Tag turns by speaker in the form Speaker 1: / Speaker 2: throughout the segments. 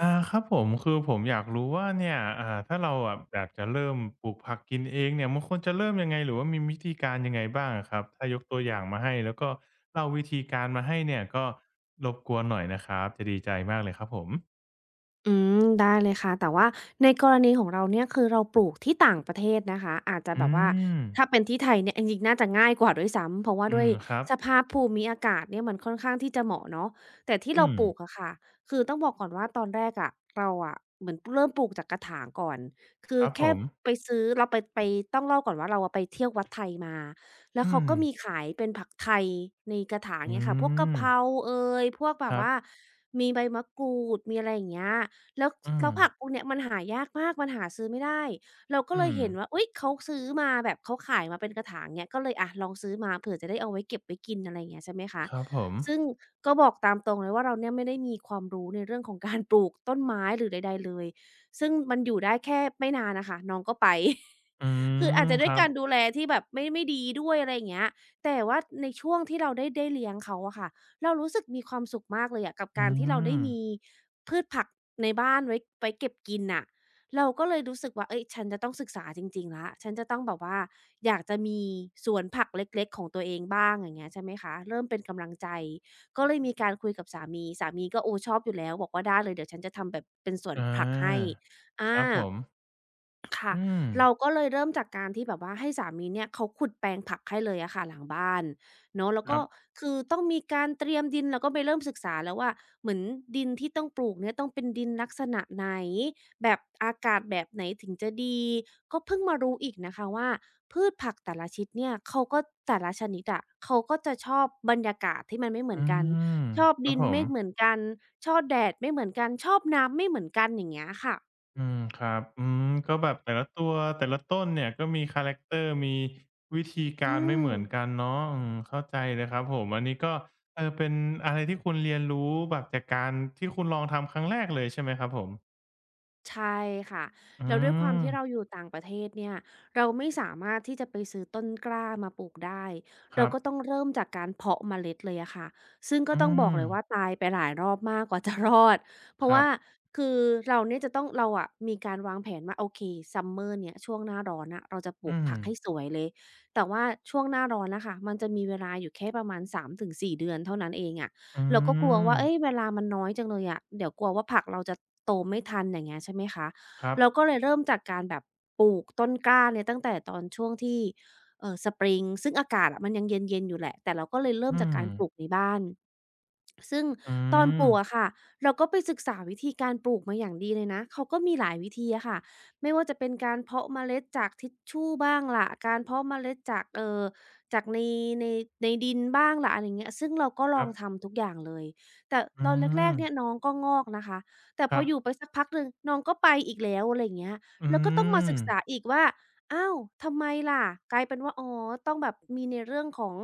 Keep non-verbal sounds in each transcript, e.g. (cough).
Speaker 1: ครับผมคือผมอยากรู้ว่าเนี่ยถ้าเราอยากจะเริ่มปลูกผักกินเองเนี่ยมันควรจะเริ่มยังไงหรือว่ามีวิธีการยังไงบ้างอะครับถ้ายกตัวอย่างมาให้แล้วก็เล่าวิธีการมาให้เนี่ยก็รบกวนหน่อยนะครับจะดีใจมากเลยครับผม
Speaker 2: อืได้เลยค่ะแต่ว่าในกรณีของเราเนี่ยคือเราปลูกที่ต่างประเทศนะคะอาจจะแบ
Speaker 1: อื
Speaker 2: บว่า
Speaker 1: ม
Speaker 2: ถ้าเป็นที่ไทยเนี่ยจริงๆน่าจะง่ายกว่าด้วยซ้ำเพราะว่า
Speaker 1: อื
Speaker 2: ด้วย
Speaker 1: มครับ
Speaker 2: สภาพภูมิอากาศเนี่ยมันค่อนข้างที่จะเหมาะเนาะแต่ที่
Speaker 1: อื
Speaker 2: เรา
Speaker 1: ม
Speaker 2: ปลูกอะค่ะคือต้องบอกก่อนว่าตอนแรกอะเราอะเหมือนเริ่มปลูกจากกระถางก่อนคื
Speaker 1: ค
Speaker 2: อ
Speaker 1: รับผ
Speaker 2: แค่
Speaker 1: ม
Speaker 2: ไปซื้อเราไปต้องเล่าก่อนว่าเราอะไปเที่ยววัดไทยมาแล้ว
Speaker 1: อื
Speaker 2: เขา
Speaker 1: ม
Speaker 2: ก็มีขายเป็นผักไทยในกระถาง
Speaker 1: อื
Speaker 2: เงี้ยค่ะพวกกะ
Speaker 1: ม
Speaker 2: เพราเอยพวกแบ
Speaker 1: ค
Speaker 2: บ
Speaker 1: รับ
Speaker 2: ว่ามีใบมะกรูดมีอะไรอย่างเงี้ย แล้ว
Speaker 1: อื
Speaker 2: แล้
Speaker 1: ม
Speaker 2: วผักพวกเนี้ยมันหายากมากมันหาซื้อไม่ได้เราก็เล
Speaker 1: อื
Speaker 2: ย
Speaker 1: ม
Speaker 2: เห็นว่าอุ๊ยเขาซื้อมาแบบเขาขายมาเป็นกระถางเงี้ยก็เลยอะลองซื้อมาเผื่อจะได้เอาไว้เก็บไว้กินอะไรอย่างเงี้ยใช่ไหมคะ
Speaker 1: ครับผม
Speaker 2: ซึ่งก็บอกตามตรงเลยว่าเราเนี่ยไม่ได้มีความรู้ในเรื่องของ (laughs) การปลูกต้นไม้หรือใดๆเลยซึ่งมันอยู่ได้แค่ไม่นานน่ะค่ะน้องก็ไป
Speaker 1: อื
Speaker 2: (laughs) คืออาจ
Speaker 1: ม
Speaker 2: จะด้
Speaker 1: ค
Speaker 2: วย
Speaker 1: รับ
Speaker 2: การดูแลที่แบบไม่ดีด้วยอะไรอย่างเงี้ยแต่ว่าในช่วงที่เราได้เลี้ยงเขาอะค่ะ เรารู้สึกมีความสุขมากเลยอะกับ
Speaker 1: อื
Speaker 2: การที่เราได้
Speaker 1: ม
Speaker 2: มีพืชผักในบ้านไว้เก็บกินน่ะเราก็เลยรู้สึกว่าเอ้ยฉันจะต้องศึกษาจริงๆแล้วฉันจะต้องแบบว่าอยากจะมีสวนผักเล็กๆของตัวเองบ้างอย่างเงี้ยใช่ไหมคะเริ่มเป็นกำลังใจก็เลยมีการคุยกับสามีสามีก็โอ้ชอบอยู่แล้วบอกว่าได้เลยเดี๋ยวฉันจะทำแบบเป็นสวน
Speaker 1: อ
Speaker 2: ผักให้
Speaker 1: าค
Speaker 2: อา
Speaker 1: รับผม
Speaker 2: ค่ะ
Speaker 1: อืม
Speaker 2: เราก็เลยเริ่มจากการที่แบบว่าให้สามีเนี่ยเขาขุดแปลงผักให้เลยอะค่ะหลังบ้านเนาะแล้ว
Speaker 1: ค
Speaker 2: ก็
Speaker 1: รับ
Speaker 2: คือต้องมีการเตรียมดินเราก็ไปเริ่มศึกษาแล้วว่าเหมือนดินที่ต้องปลูกเนี่ยต้องเป็นดินลักษณะไหนแบบอากาศแบบไหนถึงจะดีก็เพิ่งมารู้อีกนะคะว่าพืชผักแต่ละชนิดเนี่ยเขาก็แต่ละชนิดอะเขาก็จะชอบบรรยากาศที่มันไม่เหมื
Speaker 1: อื
Speaker 2: อนกัน
Speaker 1: ม
Speaker 2: ชอบ
Speaker 1: ครั
Speaker 2: ดิ
Speaker 1: บ
Speaker 2: น
Speaker 1: ผม
Speaker 2: ไม่เหมือนกันชอบแดดไม่เหมือนกันชอบน้ำไม่เหมือนกันอย่างเงี้ยค่ะ
Speaker 1: อืมครับอืมก็แบบแต่ละตัวแต่ละต้นเนี่ยก็มีคาแรกเตอร์มีวิธีกา
Speaker 2: อื
Speaker 1: รไม่เห
Speaker 2: ม
Speaker 1: มือนกันเนาะอืมเข้าใจเลยครับผมอันนี้ก็เออเป็นอะไรที่คุณเรียนรู้แบบจากการที่คุณลองทำครั้งแรกเลยใช่ไหมครับผม
Speaker 2: ใช่ค่ะ
Speaker 1: อื
Speaker 2: แล้วด้วยความ
Speaker 1: ม
Speaker 2: ที่เราอยู่ต่างประเทศเนี่ยเราไม่สามารถที่จะไปซื้อต้นกล้ามาปลูกได้
Speaker 1: ค
Speaker 2: เรา
Speaker 1: รับ
Speaker 2: ก็ต้องเริ่มจากการเพาะเมล็ดเลยอะค่ะซึ่งก็
Speaker 1: อื
Speaker 2: ต้องบอกเล
Speaker 1: ม
Speaker 2: ยว่าตายไปหลายรอบมากกว่า (laughs) จะรอดเพ
Speaker 1: ค
Speaker 2: ราะ
Speaker 1: รั
Speaker 2: ว่า
Speaker 1: บ
Speaker 2: คือเราเนี่ยจะต้องเราอะมีการวางแผนว่าโอเคซัมเมอร์เนี่ยช่วงหน้าร้อนอะเราจะปลูก
Speaker 1: อืม
Speaker 2: ผักให้สวยเลยแต่ว่าช่วงหน้าร้อนนะคะมันจะมีเวลาอยู่แค่ประมาณ3-4เดือนเท่านั้นเองอะ
Speaker 1: อื
Speaker 2: เราก็กลัว
Speaker 1: ม
Speaker 2: ว่าเอ้ยเวลามันน้อยจังเลยอะเดี๋ยวกลัวว่าผักเราจะโตไม่ทันอย่างเงี้ยใช่ไหมคะ
Speaker 1: ครับ
Speaker 2: เราก็เลยเริ่มจากการแบบปลูกต้นกล้าเนี่ยตั้งแต่ตอนช่วงที่สปริงซึ่งอากาศอะมันยังเย็นๆอยู่แหละแต่เราก็เลยเริ่ม
Speaker 1: อื
Speaker 2: จาก
Speaker 1: ม
Speaker 2: การปลูกในบ้าน ซึ่ง
Speaker 1: อื
Speaker 2: ตอนป
Speaker 1: ม
Speaker 2: ลูกอะค่ะเราก็ไปศึกษาวิธีการปลูกมาอย่างดีเลยนะเขาก็มีหลายวิธีอะค่ะไม่ว่าจะเป็นการเพาะเมล็ดจากทิชชู่บ้างล่ะการเพาะเมล็ดจากจากในในดินบ้างล่ะอะไรเงี้ยซึ่งเราก็ล
Speaker 1: ค
Speaker 2: อ
Speaker 1: รั
Speaker 2: ง
Speaker 1: บ
Speaker 2: ทำทุกอย่างเลยแต่ต
Speaker 1: อื
Speaker 2: อนแรก
Speaker 1: ม
Speaker 2: ๆเนี่ยน้องก็งอกนะคะแต่
Speaker 1: ค
Speaker 2: พอ
Speaker 1: รับ
Speaker 2: อยู่ไปสักพักหนึ่งน้องก็ไปอีกแล้วอะไรเงี้ย
Speaker 1: อื
Speaker 2: แล้วก็ต้องมาศึ
Speaker 1: ม
Speaker 2: กษาอีกว่าอ้าวทำไมล่ะกลายเป็นว่าอ๋อต้องแบบมีในเรื่องของ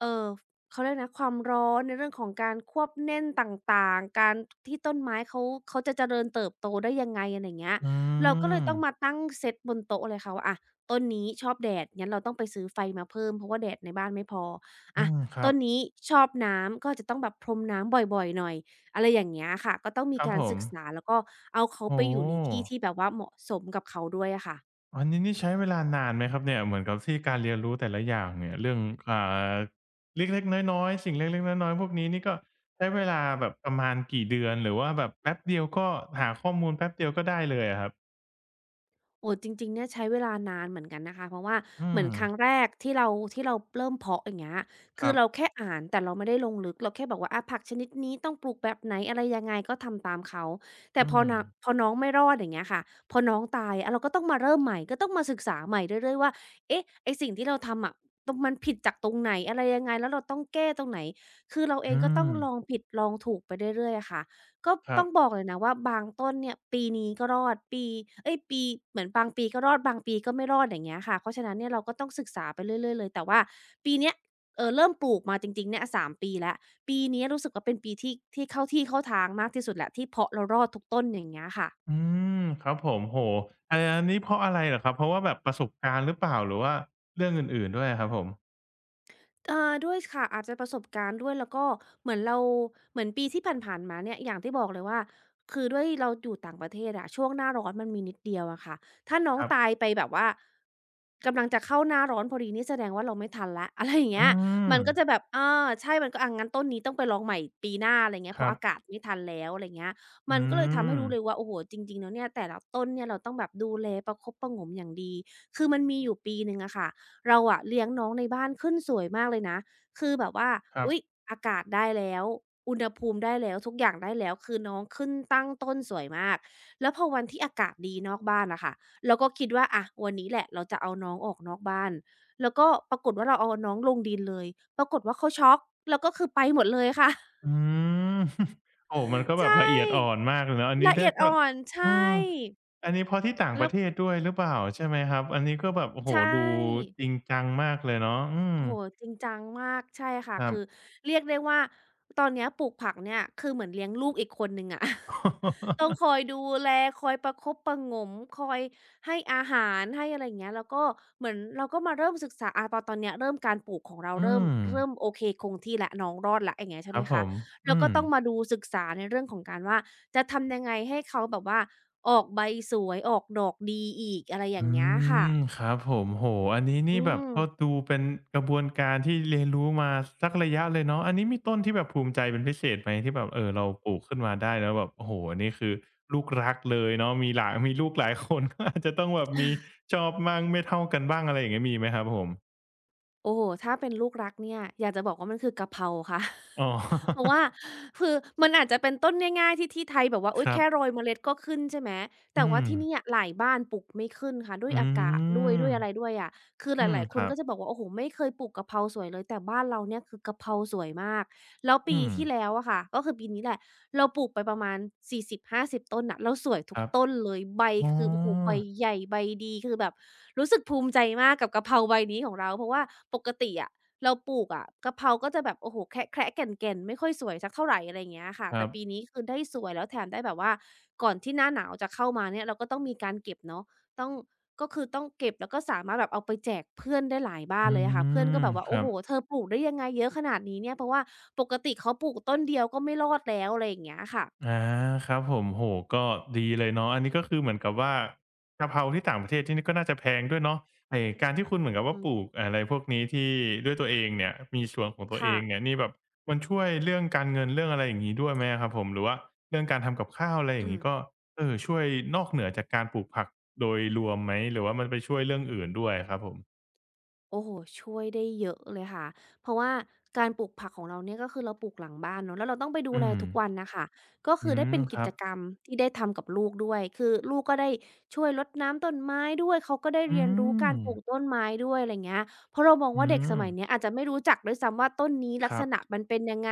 Speaker 2: เอ่อ เขาเรียกนะความร้อนในเรื่องของการควบแน่นต่างๆการที่ต้นไม้เขาจะเจริญเติบโตได้ยังไงอะไรอย่างเงี้ย
Speaker 1: อื
Speaker 2: เราก็เลยต้องมา
Speaker 1: ม
Speaker 2: ตั้งเซตบนโต๊ะเลยค่ะว่าอะต้นนี้ชอบแดดงั้นเราต้องไปซื้อไฟมาเพิ่มเพราะว่าแดดในบ้านไม่พอ
Speaker 1: อื
Speaker 2: อะ
Speaker 1: มครั
Speaker 2: ต้
Speaker 1: บ
Speaker 2: นนี้ชอบน้ำก็อาจจะต้องแบบพรมน้ำบ่อยๆหน่อยอะไรอย่างเงี้ยค่ะก็ต้องมี
Speaker 1: ครับ
Speaker 2: การ
Speaker 1: ผ
Speaker 2: ศึ
Speaker 1: ม
Speaker 2: กษาแล้วก็เอาเขา
Speaker 1: โอ้
Speaker 2: ไปอยู่ในที่ที่แบบว่าเหมาะสมกับเขาด้วยอะค่ะ
Speaker 1: อันนี้นี่ใช้เวลานานไหมครับเนี่ยเหมือนกับที่การเรียนรู้แต่ละอย่างเนี่ยเรื่องอ่าเล็กๆน้อยๆสิ่งเล็กๆน้อยๆพวกนี้นี่ก็ใช้เวลาแบบประมาณกี่เดือนหรือว่าแบบแป๊บเดียวก็หาข้อมูลแป๊บเดียวก็ได้เลยอะครับ
Speaker 2: โอ้จริงๆเนี่ยใช้เวลานานเหมือนกันนะคะเพราะว่า
Speaker 1: อื
Speaker 2: เหมือ
Speaker 1: ม
Speaker 2: นครั้งแรกที่เราเริ่มเพาะอย่างเงี้ย
Speaker 1: ค
Speaker 2: คือ
Speaker 1: รั
Speaker 2: เรา
Speaker 1: บ
Speaker 2: แค่อ่านแต่เราไม่ได้ลงลึกเราแค่บอกว่าผักชนิดนี้ต้องปลูกแบบไหนอะไรยังไงก็ทำตามเขาแต่
Speaker 1: อื
Speaker 2: พอ
Speaker 1: ม
Speaker 2: นาพอน้องไม่รอดอย่างเงี้ยค่ะพอน้องตายเราก็ต้องมาเริ่มใหม่ก็ต้องมาศึกษาใหม่เรื่อยๆว่าเอ๊ะไอ้สิ่งที่เราทำอะตรงมันผิดจากตรงไหนอะไรยังไงแล้วเราต้องแก้ตรงไหนคือเราเอง
Speaker 1: อื
Speaker 2: ก็ต้อ
Speaker 1: ม
Speaker 2: งลองผิดลองถูกไปเรื่อยๆอะค่ะ ก็
Speaker 1: ครั
Speaker 2: ต้อ
Speaker 1: บ
Speaker 2: งบอกเลยนะว่าบางต้นเนี่ยปีนี้ก็รอดปีเอ๊ยปีเหมือนบางปีก็รอดบางปีก็ไม่รอดอย่างเงี้ยค่ะเพราะฉะนั้นเนี่ยเราก็ต้องศึกษาไปเรื่อยๆเลยแต่ว่าปีเนี้ยเริ่มปลูกมาจริงๆเนี่ย3 ปีแล้วปีนี้รู้สึกว่าเป็นปีที่เข้าที่เข้าทางมากที่สุดแล้วที่เพาะแล้วรอดทุกต้นอย่างเงี้ยค่ะ
Speaker 1: อืมครับผมโอ้โฮอาอันนี้เพราะอะไรเหรอครับเพราะว่าแบบประสบการณ์หรือเปล่าหรือว่าเรื่องอื่นๆด้วยอะครับผม
Speaker 2: อ่าด้วยค่ะอาจจะประสบการณ์ด้วยแล้วก็เหมือนเราเหมือนปีที่ผ่านๆมาเนี่ยอย่างที่บอกเลยว่าคือด้วยเราอยู่ต่างประเทศอะช่วงหน้าร้อนมันมีนิดเดียวอะค่ะถ้าน้อง
Speaker 1: ครั
Speaker 2: ตาย
Speaker 1: บ
Speaker 2: ไปแบบว่ากำลังจะเข้าหน้าร้อนพอดีนี่แสดงว่าเราไม่ทันแล้ว (laughs) อะไรอย่างเงี้
Speaker 1: อื
Speaker 2: ยมั
Speaker 1: ม
Speaker 2: นก็จะแบบเออใช่มันก็อะงั้นต้นนี้ต้องไปลองใหม่ปีหน้าอะไรเงี้ย
Speaker 1: ค
Speaker 2: เพราะ
Speaker 1: รับ
Speaker 2: อากาศไม่ทันแล้วอะไรเงี้ยมัน
Speaker 1: อื
Speaker 2: ก็เลยทำให้
Speaker 1: ม
Speaker 2: รู้เลยว่าโอ้โฮจริงๆแล้วเนี่ยแต่ละต้นเนี่ยเราต้องแบบดูแลประคบประหงมอย่างดีคือมันมีอยู่ปีหนึ่งอะค่ะ เราอะเลี้ยงน้องในบ้านขึ้นสวยมากเลยนะคือแบบว่า
Speaker 1: ครับ
Speaker 2: อุ๊ยอากาศได้แล้วอุณหภูมิได้แล้วทุกอย่างได้แล้วคือน้องขึ้นตั้งต้นสวยมากแล้วพอวันที่อากาศดีนอกบ้านอะค่ะเราก็คิดว่าอะวันนี้แหละเราจะเอาน้องออกนอกบ้านแล้วก็ปรากฏว่าเราเอาน้องลงดินเลยปรากฏว่าเขาช็อกแล้วก็คือไปหมดเลยค่ะ (laughs)
Speaker 1: อืม (laughs) โอ้มันก็
Speaker 2: ใช
Speaker 1: แบบละเอียดอ่อน
Speaker 2: ่
Speaker 1: มากเลยเนาะอันนี้
Speaker 2: ละเอี
Speaker 1: ถ้า
Speaker 2: ยด
Speaker 1: ก็
Speaker 2: อ่อนใช
Speaker 1: อื
Speaker 2: ่
Speaker 1: มอันนี้เพราะที่ต่างป
Speaker 2: แล้
Speaker 1: ระ
Speaker 2: ว
Speaker 1: เทศด้วยหรือเปล่าใช่ไหมครับ อันนี้ก็แบบโอ้โห
Speaker 2: ใช่
Speaker 1: ดูจริงจังมากเลยเนาะอืม
Speaker 2: โอ้โฮจริงจังมากใช่ค่ะ
Speaker 1: ครับ
Speaker 2: คือเรียกได้ว่าตอนเนี้ยปลูกผักเนี่ยคือเหมือนเลี้ยงลูกอีกคนหนึ่งอะ (laughs) ต้อง
Speaker 1: (laughs)
Speaker 2: คอยดูแลคอยประคบประหงมคอยให้อาหารให้อะไรอย่างเงี้ยแล้วก็เหมือนเราก็มาเริ่มศึกษาตอนเนี้ยเริ่มการปลูกของเรา
Speaker 1: อื
Speaker 2: เริ่ม
Speaker 1: ม
Speaker 2: เริ่มโอเคคงที่แล้วน้องรอดแล้วอย่างเงี้ย
Speaker 1: ค
Speaker 2: ใช่ไห
Speaker 1: รั
Speaker 2: ม
Speaker 1: บผ
Speaker 2: คะ
Speaker 1: ม
Speaker 2: แล้ว
Speaker 1: อื
Speaker 2: ก็
Speaker 1: ม
Speaker 2: ต้องมาดูศึกษาในเรื่องของการว่าจะทำยังไงให้เขาแบบว่าออกใบสวยออกดอกดีอีกอะไรอย่า
Speaker 1: อื
Speaker 2: งเงี้ยค่ะ
Speaker 1: มครับผมโหอันนี้
Speaker 2: อื
Speaker 1: นี่แบบ
Speaker 2: ม
Speaker 1: ก็ดูเป็นกระบวนการที่เรียนรู้มาสักระยะเลยเนาะอันนี้มีต้นที่แบบภูมิใจเป็นพิเศษไหมที่แบบเราปลูกขึ้นมาได้แล้วแบบโอ้โฮอันนี้คือลูกรักเลยเนาะมีลูกหลายคนก็อาจจะต้องแบบมีชอบมั่งไม่เท่ากันบ้างอะไรอย่างเงี้ยมีไหมครับผม
Speaker 2: โอ้โฮถ้าเป็นลูกรักเนี่ยอยากจะบอกว่ามันคือกะเพราค่ะ (laughs)
Speaker 1: อ๋
Speaker 2: เพราะ
Speaker 1: อ
Speaker 2: ว่าคือมันอาจจะเป็นต้นง่ายๆที่ไทยแบบว่า
Speaker 1: (laughs)
Speaker 2: อุ๊
Speaker 1: ค
Speaker 2: ย
Speaker 1: รั
Speaker 2: แค่โร
Speaker 1: บ
Speaker 2: ยเมล็ดก็ขึ้นใช่ไหม แต่
Speaker 1: อื
Speaker 2: ว่า
Speaker 1: ม
Speaker 2: ที่เนี่ยหลายบ้านปลูกไม่ขึ้นค่ะด้ว
Speaker 1: อื
Speaker 2: ยอากาศด้วย
Speaker 1: ม
Speaker 2: ด้วยอะไรด้วยอะ คือห
Speaker 1: อืม
Speaker 2: ลาย ๆค
Speaker 1: ค
Speaker 2: น
Speaker 1: รับ
Speaker 2: ก็จะบอกว่าโอ้โฮไม่เคยปลูกกะเพราสวยเลยแต่บ้านเราเนี่ยคือกะเพราสวยมากแล้วปี
Speaker 1: อืม
Speaker 2: ที่แล้วอะค่ะก็คือปีนี้แหละเราปลูกไปประมาณ40-50 ต้นน่ะแล้วสวยทุ
Speaker 1: ค
Speaker 2: ก
Speaker 1: รับ
Speaker 2: ต้นเลยใบ
Speaker 1: อ๋
Speaker 2: คือโอ้โฮใบ
Speaker 1: อ
Speaker 2: ใหญ่ใบดีคือแบบรู้สึกภูมิใจมากกับกะเพราใบนี้ของเราเพราะว่าปกติอะเราปลูกอะกะเพราก็จะแบบโอ้โฮแคระๆแก่นๆไม่ค่อยสวยสักเท่าไรอะไรอย่างเงี้ยค่ะ
Speaker 1: ครั
Speaker 2: แต่ปี
Speaker 1: บ
Speaker 2: นี้คือได้สวยแล้วแถมได้แบบว่าก่อนที่หน้าหนาวจะเข้ามาเนี่ยเราก็ต้องมีการเก็บเนาะ ต้องก็คือต้องเก็บแล้วก็สามารถแบบเอาไปแจกเพื่อนได้หลายบ้าน
Speaker 1: อื
Speaker 2: เลยอะค่ะเพื่อนก็
Speaker 1: ม
Speaker 2: แบบว่า
Speaker 1: ค
Speaker 2: โอ้
Speaker 1: รั
Speaker 2: โฮ
Speaker 1: บ
Speaker 2: เธอปลูกได้ยังไงเยอะขนาดนี้เนี่ยเพราะว่าปกติเขาปลูกต้นเดียวก็ไม่รอดแล้วอะไรอย่างเงี้ยค่ะ
Speaker 1: อาครับผมโหก็ดีเลยเนาะอันนี้ก็คือเหมือนกับว่ากะเพราที่ต่างประเทศที่นี่ก็น่าจะแพงด้วยเนาะไอการที่คุณเหมือนกับ
Speaker 2: อื
Speaker 1: ว่าปลู
Speaker 2: ม
Speaker 1: กอะไรพวกนี้ที่ด้วยตัวเองเนี่ยมีสวนของตัวเอ
Speaker 2: ค่ะ
Speaker 1: งเนี่ยนี่แบบมันช่วยเรื่องการเงินเรื่องอะไรอย่างนี้ด้วยไหมครับผมหรือว่าเรื่องการทำกับข้าวอะไรอย่า
Speaker 2: อื
Speaker 1: งนี้ก็
Speaker 2: ม
Speaker 1: เออช่วยนอกเหนือจากการปลูกผักโดยรวมไหมหรือว่ามันไปช่วยเรื่องอื่นด้วยครับผม
Speaker 2: โอ้โฮช่วยได้เยอะเลยค่ะเพราะว่าการปลูกผักของเราเนี่ยก็คือเราปลูกหลังบ้านเนาะแล้วเราต้องไปดู
Speaker 1: อื
Speaker 2: แล
Speaker 1: ม
Speaker 2: ทุกวันน่ะค่ะก็
Speaker 1: อื
Speaker 2: คือได้
Speaker 1: ม
Speaker 2: เป็น
Speaker 1: ค
Speaker 2: กิ
Speaker 1: รั
Speaker 2: จ
Speaker 1: บ
Speaker 2: กรรมที่ได้ทำกับลูกด้วยคือลูกก็ได้ช่วยรดน้ำต้นไม้ด้วยเขาก็ได้
Speaker 1: อื
Speaker 2: เรียนรู้กา
Speaker 1: ม
Speaker 2: รปลูกต้นไม้ด้วยอะไรเงี้ยเพราะเรามอง
Speaker 1: อื
Speaker 2: ว่าเด็กส
Speaker 1: ม
Speaker 2: มัยเนี้ยอาจจะไม่รู้จักด้วยซ้ำว่าต้นนี้ลั
Speaker 1: ค
Speaker 2: กษ
Speaker 1: รับ
Speaker 2: ณะมันเป็นยังไง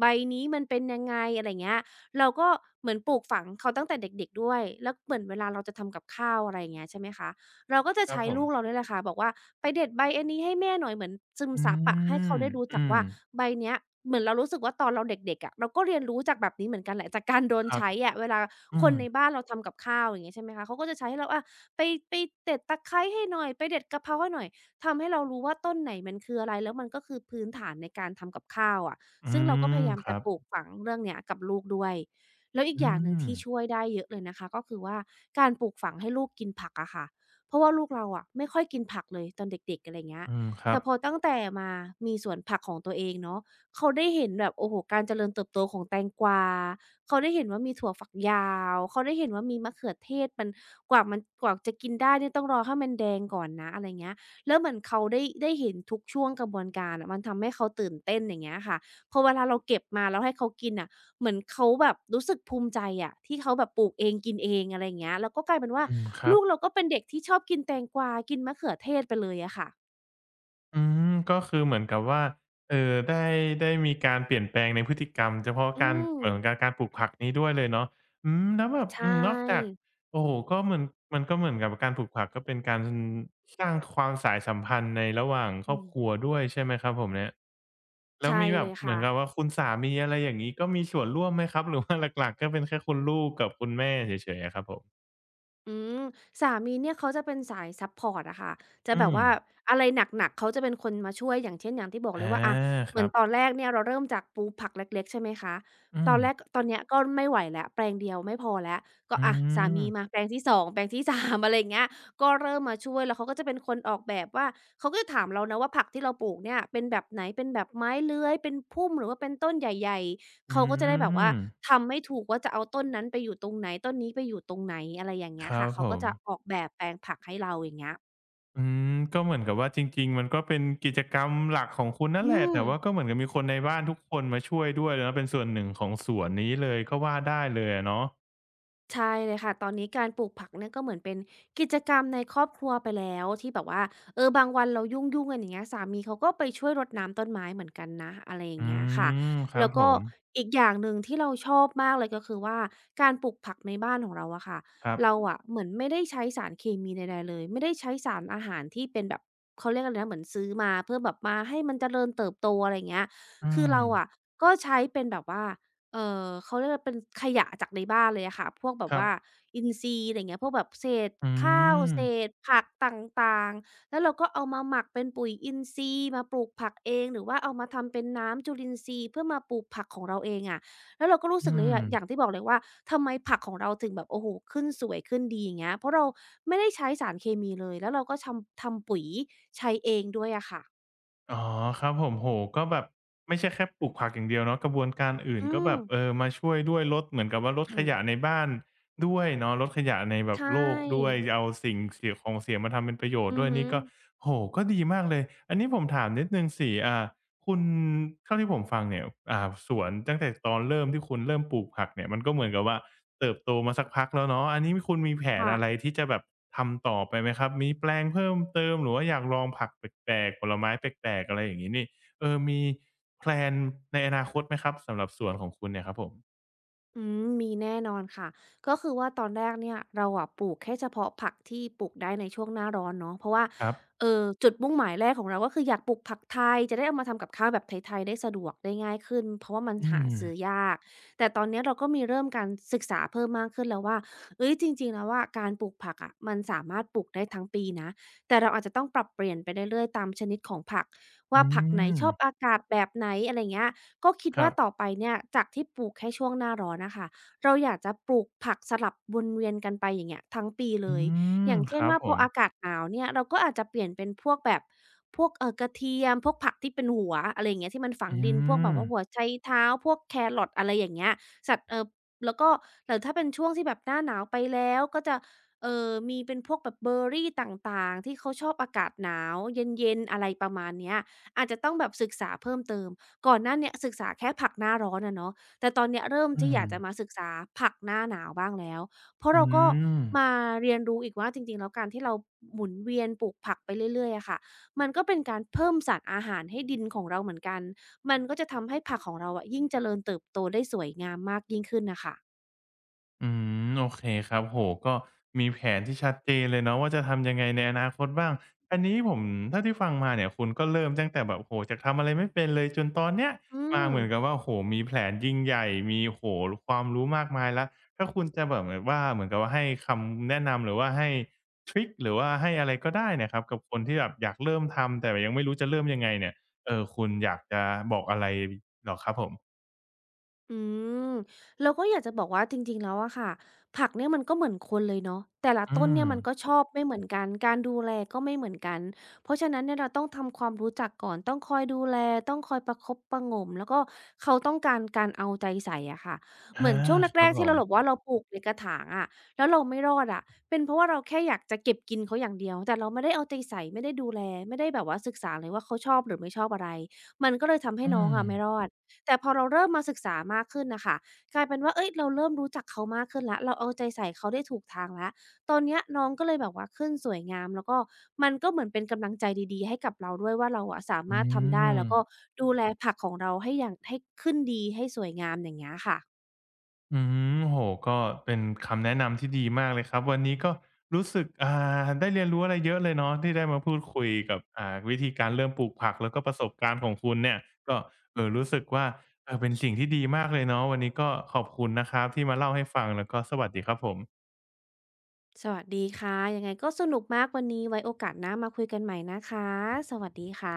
Speaker 2: ใบนี้มันเป็นยังไงอะไรเงี้ยเราก็เหมือนปลูกฝังเขาตั้งแต่เด็กๆด้วยแล้วเหมือนเวลาเราจะทำกับข้าวอะไรอย่างเงี้ยใช่ไหมคะ เราก็จะ
Speaker 1: ครับ
Speaker 2: ใช้
Speaker 1: ผม
Speaker 2: ลูกเราเนี่ยแหละค่ะบอกว่าไปเด็ดใบอันนี้ให้แม่หน่อยเหมือนซึม
Speaker 1: อื
Speaker 2: ซับอะให้เขา
Speaker 1: ม
Speaker 2: ได้รู้
Speaker 1: อื
Speaker 2: จัก
Speaker 1: ม
Speaker 2: ว่าใบเนี้ยเหมือนเรารู้สึกว่าตอนเราเด็กๆอะเราก็เรียนรู้จากแบบนี้เหมือนกันแหละจากการโดน
Speaker 1: ครับ
Speaker 2: ใช้อะเวลา
Speaker 1: อื
Speaker 2: คน
Speaker 1: ม
Speaker 2: ในบ้านเราทำกับข้าวอย่างเงี้ยใช่ไหมคะเขาก็จะใช้ให้เราอาไปไปเด็ดตะไคร้ให้หน่อยไปเด็ดกะเพราให้หน่อยทำให้เรารู้ว่าต้นไหนมันคืออะไรแล้วมันก็คือพื้นฐานในการทำกับข้าวอะ
Speaker 1: อื
Speaker 2: ซึ่งเราก็พ
Speaker 1: ม
Speaker 2: ยายาม
Speaker 1: ค
Speaker 2: จะ
Speaker 1: รับ
Speaker 2: ปลูกฝังเรื่องเนี้ยกับลูกด้วยแล้วอีกอ
Speaker 1: อื
Speaker 2: ย่างหนึ่ง
Speaker 1: ม
Speaker 2: ที่ช่วยได้เยอะเลยนะคะก็คือว่าการปลูกฝังให้ลูกกินผักอะค่ะ เพราะว่าลูกเราอะไม่ค่อยกินผักเลยตอนเด็กๆอะไรเงี้ย
Speaker 1: อืมครั
Speaker 2: แต่
Speaker 1: บ
Speaker 2: พอตั้งแต่มามีสวนผักของตัวเองเนาะเขาได้เห็นแบบโอ้โฮการเจริญเติบโตของแตงกวาเขาได้เห็นว่ามีถั่วฝักยาวเขาได้เห็นว่ามีมะเขือเทศมันกว่าจะกินได้เนี่ยต้องรอให้มันแดงก่อนนะอะไรเงี้ยแล้วเหมือนเขาได้เห็นทุกช่วงกระบวนการอะมันทำให้เขาตื่นเต้นอย่างเงี้ยค่ะพอเวลาเราเก็บมาแล้วให้เขากินน่ะ เหมือนเขาแบบรู้สึกภูมิใจอะที่เขาแบบปลูกเองกินเองอะไรอย่างเงี้ยแล้วก็กลายเป็นว่า
Speaker 1: อืมครั
Speaker 2: ลู
Speaker 1: บ
Speaker 2: กเราก็เป็นเด็กที่ชอบกินแตงกวากินมะเขือเทศไปเลยอะค่ะ
Speaker 1: อืมก็คือเหมือนกับว่าได้ได้มีการเปลี่ยนแปลงในพฤติกรรมเฉพาะ
Speaker 2: อื
Speaker 1: การ
Speaker 2: ม
Speaker 1: เหมือนกับการปลูกผักนี้ด้วยเลยเนาะอืมแล้วแบบ
Speaker 2: ใช
Speaker 1: อืมนอกจาก
Speaker 2: ่
Speaker 1: โอ้โฮก็เหมือนมันก็เหมือนกับการปลูกผักก็เป็นการสร้างความสายสัมพันธ์ในระหว่างค
Speaker 2: อื
Speaker 1: รอบ
Speaker 2: ม
Speaker 1: ครัวด้วยใช่ไหมครับผมเนี่ยแล้ว
Speaker 2: ใช่
Speaker 1: มีแบ
Speaker 2: เล
Speaker 1: บ
Speaker 2: ย
Speaker 1: เหมื
Speaker 2: ค่ะ
Speaker 1: อนกับว่าคุณสามีอะไรอย่างงี้ก็มีส่วนร่วมไหมครับหรือว่าหลักๆก็เป็นแค่คุณลูกกับคุณแม่เฉยๆอะครับผม
Speaker 2: อืมสามีเนี่ยเขาจะเป็นสายซัปพอร์ตอะค่ะจะ
Speaker 1: อื
Speaker 2: แบบ
Speaker 1: ม
Speaker 2: ว่าอะไรหนักๆเขาจะเป็นคนมาช่วยอย่างเช่นอย่างที่บอก
Speaker 1: อา
Speaker 2: เลยว่าอะ
Speaker 1: ค
Speaker 2: เหมือ
Speaker 1: รั
Speaker 2: น
Speaker 1: บ
Speaker 2: ตอนแรกเนี่ยเราเริ่มจากปลูกผักเล็กๆใช่ไหมคะ
Speaker 1: อื
Speaker 2: ตอ
Speaker 1: ม
Speaker 2: นแรกตอนเนี้ยก็ไม่ไหวแล้วแปลงเดียวไม่พอแล้วก็
Speaker 1: อื
Speaker 2: อะสา
Speaker 1: ม
Speaker 2: มีมาแปลงที่2แปลงที่3 (laughs) อะไรอย่างเงี้ยก็เริ่มมาช่วยแล้วเขาก็จะเป็นคนออกแบบว่าเขาก็จะถามเรานะว่าผักที่เราปลูกเนี่ยเป็นแบบไหนเป็นแบบไม้เลื้อยเป็นพุ่มหรือว่าเป็นต้นใหญ่ๆ
Speaker 1: อื
Speaker 2: เขาก็จะได้แบบว่า
Speaker 1: ม
Speaker 2: ทำไม่ถูกว่าจะเอาต้นนั้นไปอยู่ตรงไหนต้นนี้ไปอยู่ตรงไหนอะไรอย่างเงี้
Speaker 1: ค
Speaker 2: ย
Speaker 1: รั
Speaker 2: ค่ะ
Speaker 1: บ
Speaker 2: เขา
Speaker 1: ผ
Speaker 2: ก็
Speaker 1: ม
Speaker 2: จะออกแบบแปลงผักให้เราอย่างเงี้ย
Speaker 1: อืมก็เหมือนกับว่าจริงๆมันก็เป็นกิจกรรมหลักของคุณนั่น
Speaker 2: อื
Speaker 1: แหละ
Speaker 2: ม
Speaker 1: แต่ว่าก็เหมือนกับมีคนในบ้านทุกคนมาช่วยด้วยแล้วเป็นส่วนหนึ่งของสวนนี้เลยก็ว่าได้เลยอะเนาะ
Speaker 2: ใช่เลยค่ะตอนนี้การปลูกผักเนี่ยก็เหมือนเป็นกิจกรรมในครอบครัวไปแล้วที่แบบว่าเออบางวันเรายุ่งๆกันอย่างเงี้ยสามีเขาก็ไปช่วยรดน้ำต้นไม้เหมือนกันนะอะไรอย่าง
Speaker 1: อื
Speaker 2: เงี้ยค่ะ
Speaker 1: มครั
Speaker 2: แล้
Speaker 1: บ
Speaker 2: ว
Speaker 1: ผ
Speaker 2: ก็
Speaker 1: ม
Speaker 2: อีกอย่างหนึ่งที่เราชอบมากเลยก็คือว่าการปลูกผักในบ้านของเราอะค่ะ
Speaker 1: ครับ
Speaker 2: เราอะเหมือนไม่ได้ใช้สารเคมีใดๆเลยไม่ได้ใช้สารอาหารที่เป็นแบบเขาเรียกอะไรนะเหมือนซื้อมาเพื่อแบบมาให้มันเจริญเติบโตอะไรอย่างเงี้ย
Speaker 1: อื
Speaker 2: คือเรา
Speaker 1: ม
Speaker 2: อะก็ใช้เป็นแบบว่า เขาเรียกว่าเป็นขยะจากในบ้านเลยอะค่ะพวกแบบ
Speaker 1: ครับ
Speaker 2: ว่าอินทรีย์อะไรเงี้ยพวกแบบเศษ
Speaker 1: อื
Speaker 2: ข้าว
Speaker 1: ม
Speaker 2: เศษผักต่างๆแล้วเราก็เอามาหมักเป็นปุ๋ยอินทรีย์มาปลูกผักเองหรือว่าเอามาทำเป็นน้ำจุลินทรีย์เพื่อมาปลูกผักของเราเองอะแล้วเราก็รู้สึก
Speaker 1: อื
Speaker 2: เลย
Speaker 1: ม
Speaker 2: อะอย่างที่บอกเลยว่าทำไมผักของเราถึงแบบโอ้โฮขึ้นสวยขึ้นดีอย่างเงี้ยเพราะเราไม่ได้ใช้สารเคมีเลยแล้วเราก็ชำทำปุ๋ยใช้เองด้วยอะค่ะ
Speaker 1: อ๋อครับผมโอก็แบบไม่ใช่แค่ปลูกผักอย่างเดียวเนาะกระบวนการอื่น
Speaker 2: อื
Speaker 1: ก็แบ
Speaker 2: ม
Speaker 1: บเออมาช่วยด้วยลดเหมือนกับว่าลดขยะ
Speaker 2: (clears throat)
Speaker 1: ในบ้านด้วยเนาะลดขยะในแบ
Speaker 2: ใช
Speaker 1: บโลกด้วย
Speaker 2: ่
Speaker 1: เอาสิ่งเสียของเสียมาทำเป็นประโยช
Speaker 2: อื
Speaker 1: น์
Speaker 2: อ
Speaker 1: ด้วย
Speaker 2: ฮึ
Speaker 1: นี่ก็โหก็ดีมากเลยอันนี้ผมถามนิดนึงสิคุณเท่าที่ผมฟังเนี่ยอ่าสวนตั้งแต่ตอนเริ่มที่คุณเริ่มปลูกผักเนี่ยมันก็เหมือนกับว่า เติบโตมาสักพักแล้วเนาะอันนี้คุณมีแผน
Speaker 2: ค่ะ
Speaker 1: อะไรที่จะแบบทำต่อไปไหมครับ มีแปลงเพิ่มเติมหรือว่าอยากลองผักแปลกๆผลไม้แปลกๆอะไรอย่างงี้นี่เออมีแพลนในอนาคตไหมครับสำหรับสวนของคุณเนี่ยครับผม
Speaker 2: อืมมีแน่นอนค่ะก็คือว่าตอนแรกเนี่ยเราอะปลูกแค่เฉพาะผักที่ปลูกได้ในช่วงหน้าร้อนเนาะเพราะว่า
Speaker 1: ครับ
Speaker 2: เออจุดมุ่งหมายแรกของเราก็คืออยากปลูกผักไทยจะได้เอามาทำกับข้าวแบบไทยๆได้สะดวกได้ง่ายขึ้นเพราะว่ามัน
Speaker 1: อื
Speaker 2: หา
Speaker 1: ม
Speaker 2: ซื้อยากแต่ตอนเนี้ยเราก็มีเริ่มการศึกษาเพิ่มมากขึ้นแล้วว่าเฮ้ยจริงๆแล้วว่าการปลูกผักอะมันสามารถปลูกได้ทั้งปีนะแต่เราอาจจะต้องปรับเปลี่ยนไปเรื่อยๆตามชนิดของผัก
Speaker 1: อื
Speaker 2: ว่าผักไหน
Speaker 1: ม
Speaker 2: ชอบอากาศแบบไหนอะไรเงี้ย ก็คิด
Speaker 1: ครั
Speaker 2: ว่าต่อ
Speaker 1: บ
Speaker 2: ไปเนี่ยจากที่ปลูกแค่ช่วงหน้าร้อนนะคะเราอยากจะปลูกผักสลับวนเวียนกันไปอย่างเงี้ยทั้งปีเล
Speaker 1: อื
Speaker 2: ยอ
Speaker 1: ม
Speaker 2: ย่าง
Speaker 1: ค
Speaker 2: เช่น
Speaker 1: รับ
Speaker 2: ว่า
Speaker 1: ผ
Speaker 2: พอ
Speaker 1: ม
Speaker 2: อากาศหนาวเนี่ยเราก็อาจจะเปลี่ยนเป็นพวกแบบพวกกระเทียมพวกผักที่เป็นหัวอะไรอย่างเงี้ยที่มันฝัง
Speaker 1: อื
Speaker 2: ดินพวกแบบ
Speaker 1: ม
Speaker 2: ว่าหัวไชเท้าพวกแครอทอะไรอย่างเงี้ยสัตว์แล้วก็หรือถ้าเป็นช่วงที่แบบหน้าหนาวไปแล้วก็จะมีเป็นพวกแบบเบอร์รี่ต่างๆที่เขาชอบอากาศหนาวเย็นๆอะไรประมาณเนี้ยอาจจะต้องแบบศึกษาเพิ่มเติม ก่อนหน้าเนี้ยศึกษาแค่ผักหน้าร้อนอะเนาะแต่ตอนเนี้ยเริ่ม
Speaker 1: อื
Speaker 2: ที่อ
Speaker 1: ม
Speaker 2: ยากจะมาศึกษาผักหน้าหนาวบ้างแล้วเพราะ
Speaker 1: อื
Speaker 2: เราก็
Speaker 1: ม
Speaker 2: มาเรียนรู้อีกว่าจริงๆแล้วการที่เราหมุนเวียนปลูกผักไปเรื่อยๆอะค่ะมันก็เป็นการเพิ่มสารอาหารให้ดินของเราเหมือนกันมันก็จะทำให้ผักของเราอะยิ่งเจริญเติบโตได้สวยงามมากยิ่งขึ้นน่ะค่ะ
Speaker 1: อืมโอเคครับโหก็มีแผนที่ชัดเจนเลยเนาะว่าจะทำยังไงในอนาคตบ้างอันนี้ผมถ้าที่ฟังมาเนี่ยคุณก็เริ่มตั้งแต่แบบโอ้โฮจากทำอะไรไม่เป็นเลยจนตอนเนี้ย
Speaker 2: อื
Speaker 1: มา
Speaker 2: ม
Speaker 1: เหมือนกับว่าโอ้โฮมีแผนยิ่งใหญ่มีโอ้โฮความรู้มากมายแล้วถ้าคุณจะแบบแบบว่าเหมือนกับว่าให้คำแนะนำหรือว่าให้ทริกหรือว่าให้อะไรก็ได้เนี่ยครับกับคนที่แบบอยากเริ่มทำแต่ยังไม่รู้จะเริ่มยังไงเนี่ยคุณอยากจะบอกอะไรเหรอครับผม
Speaker 2: อืมเราก็อยากจะบอกว่าจริงๆแล้วอะค่ะผักเนี่ยมันก็เหมือนคนเลยเนาะแต่ละ
Speaker 1: อื
Speaker 2: ต้น
Speaker 1: ม
Speaker 2: เนี่ยมันก็ชอบไม่เหมือนกันการดูแลก็ไม่เหมือนกันเพราะฉะนั้นเนี่ยเราต้องทำความรู้จักก่อนต้องคอยดูแลต้องคอยประคบประหงมแล้วก็เขาต้องการการเอาใจใส่อะค่ะ
Speaker 1: อา
Speaker 2: เหมือนช่วง
Speaker 1: ค
Speaker 2: แร
Speaker 1: รับ
Speaker 2: กๆ
Speaker 1: ผ
Speaker 2: ที่เรา
Speaker 1: ม
Speaker 2: บอกว่าเราปลูกในกระถางอะแล้วเราไม่รอดอะเป็นเพราะว่าเราแค่อยากจะเก็บกินเขาอย่างเดียวแต่เราไม่ได้เอาใจใส่ไม่ได้ดูแลไม่ได้แบบว่าศึกษาเลยว่าเขาชอบหรือไม่ชอบอะไรมันก็เลยทำให้
Speaker 1: อื
Speaker 2: น้อง
Speaker 1: ม
Speaker 2: อะไม่รอด แต่พอเราเริ่มมาศึกษามากขึ้นน่ะค่ะกลายเป็นว่าเฮ้ยเราเริ่มรู้จักเขามากขึ้นแล้วเราเอาใจใส่เขาได้ถูกทางแล้วตอนเนี้ยน้องก็เลยแบบว่าขึ้นสวยงามแล้วก็มันก็เหมือนเป็นกำลังใจดีๆให้กับเราด้วยว่าเราอะสา
Speaker 1: อื
Speaker 2: มารถทำได้
Speaker 1: ม
Speaker 2: แล้วก็ดูแลผักของเราให้อย่างให้ขึ้นดีให้สวยงามอย่างเงี้ยค่ะ
Speaker 1: อืมโอ้โฮก็เป็นคำแนะนำที่ดีมากเลยครับ วันนี้ก็รู้สึกได้เรียนรู้อะไรเยอะเลยเนาะที่ได้มาพูดคุยกับวิธีการเริ่มปลูกผักแล้วก็ประสบการณ์ของคุณเนี่ยก็รู้สึกว่าเออเป็นสิ่งที่ดีมากเลยเนาะวันนี้ก็ขอบคุณนะครับที่มาเล่าให้ฟังแล้วก็สวัสดีครับผม
Speaker 2: สวัสดีค่ะยังไงก็สนุกมากวันนี้ไว้โอกาสหน้ามาคุยกันใหม่นะคะสวัสดีค่ะ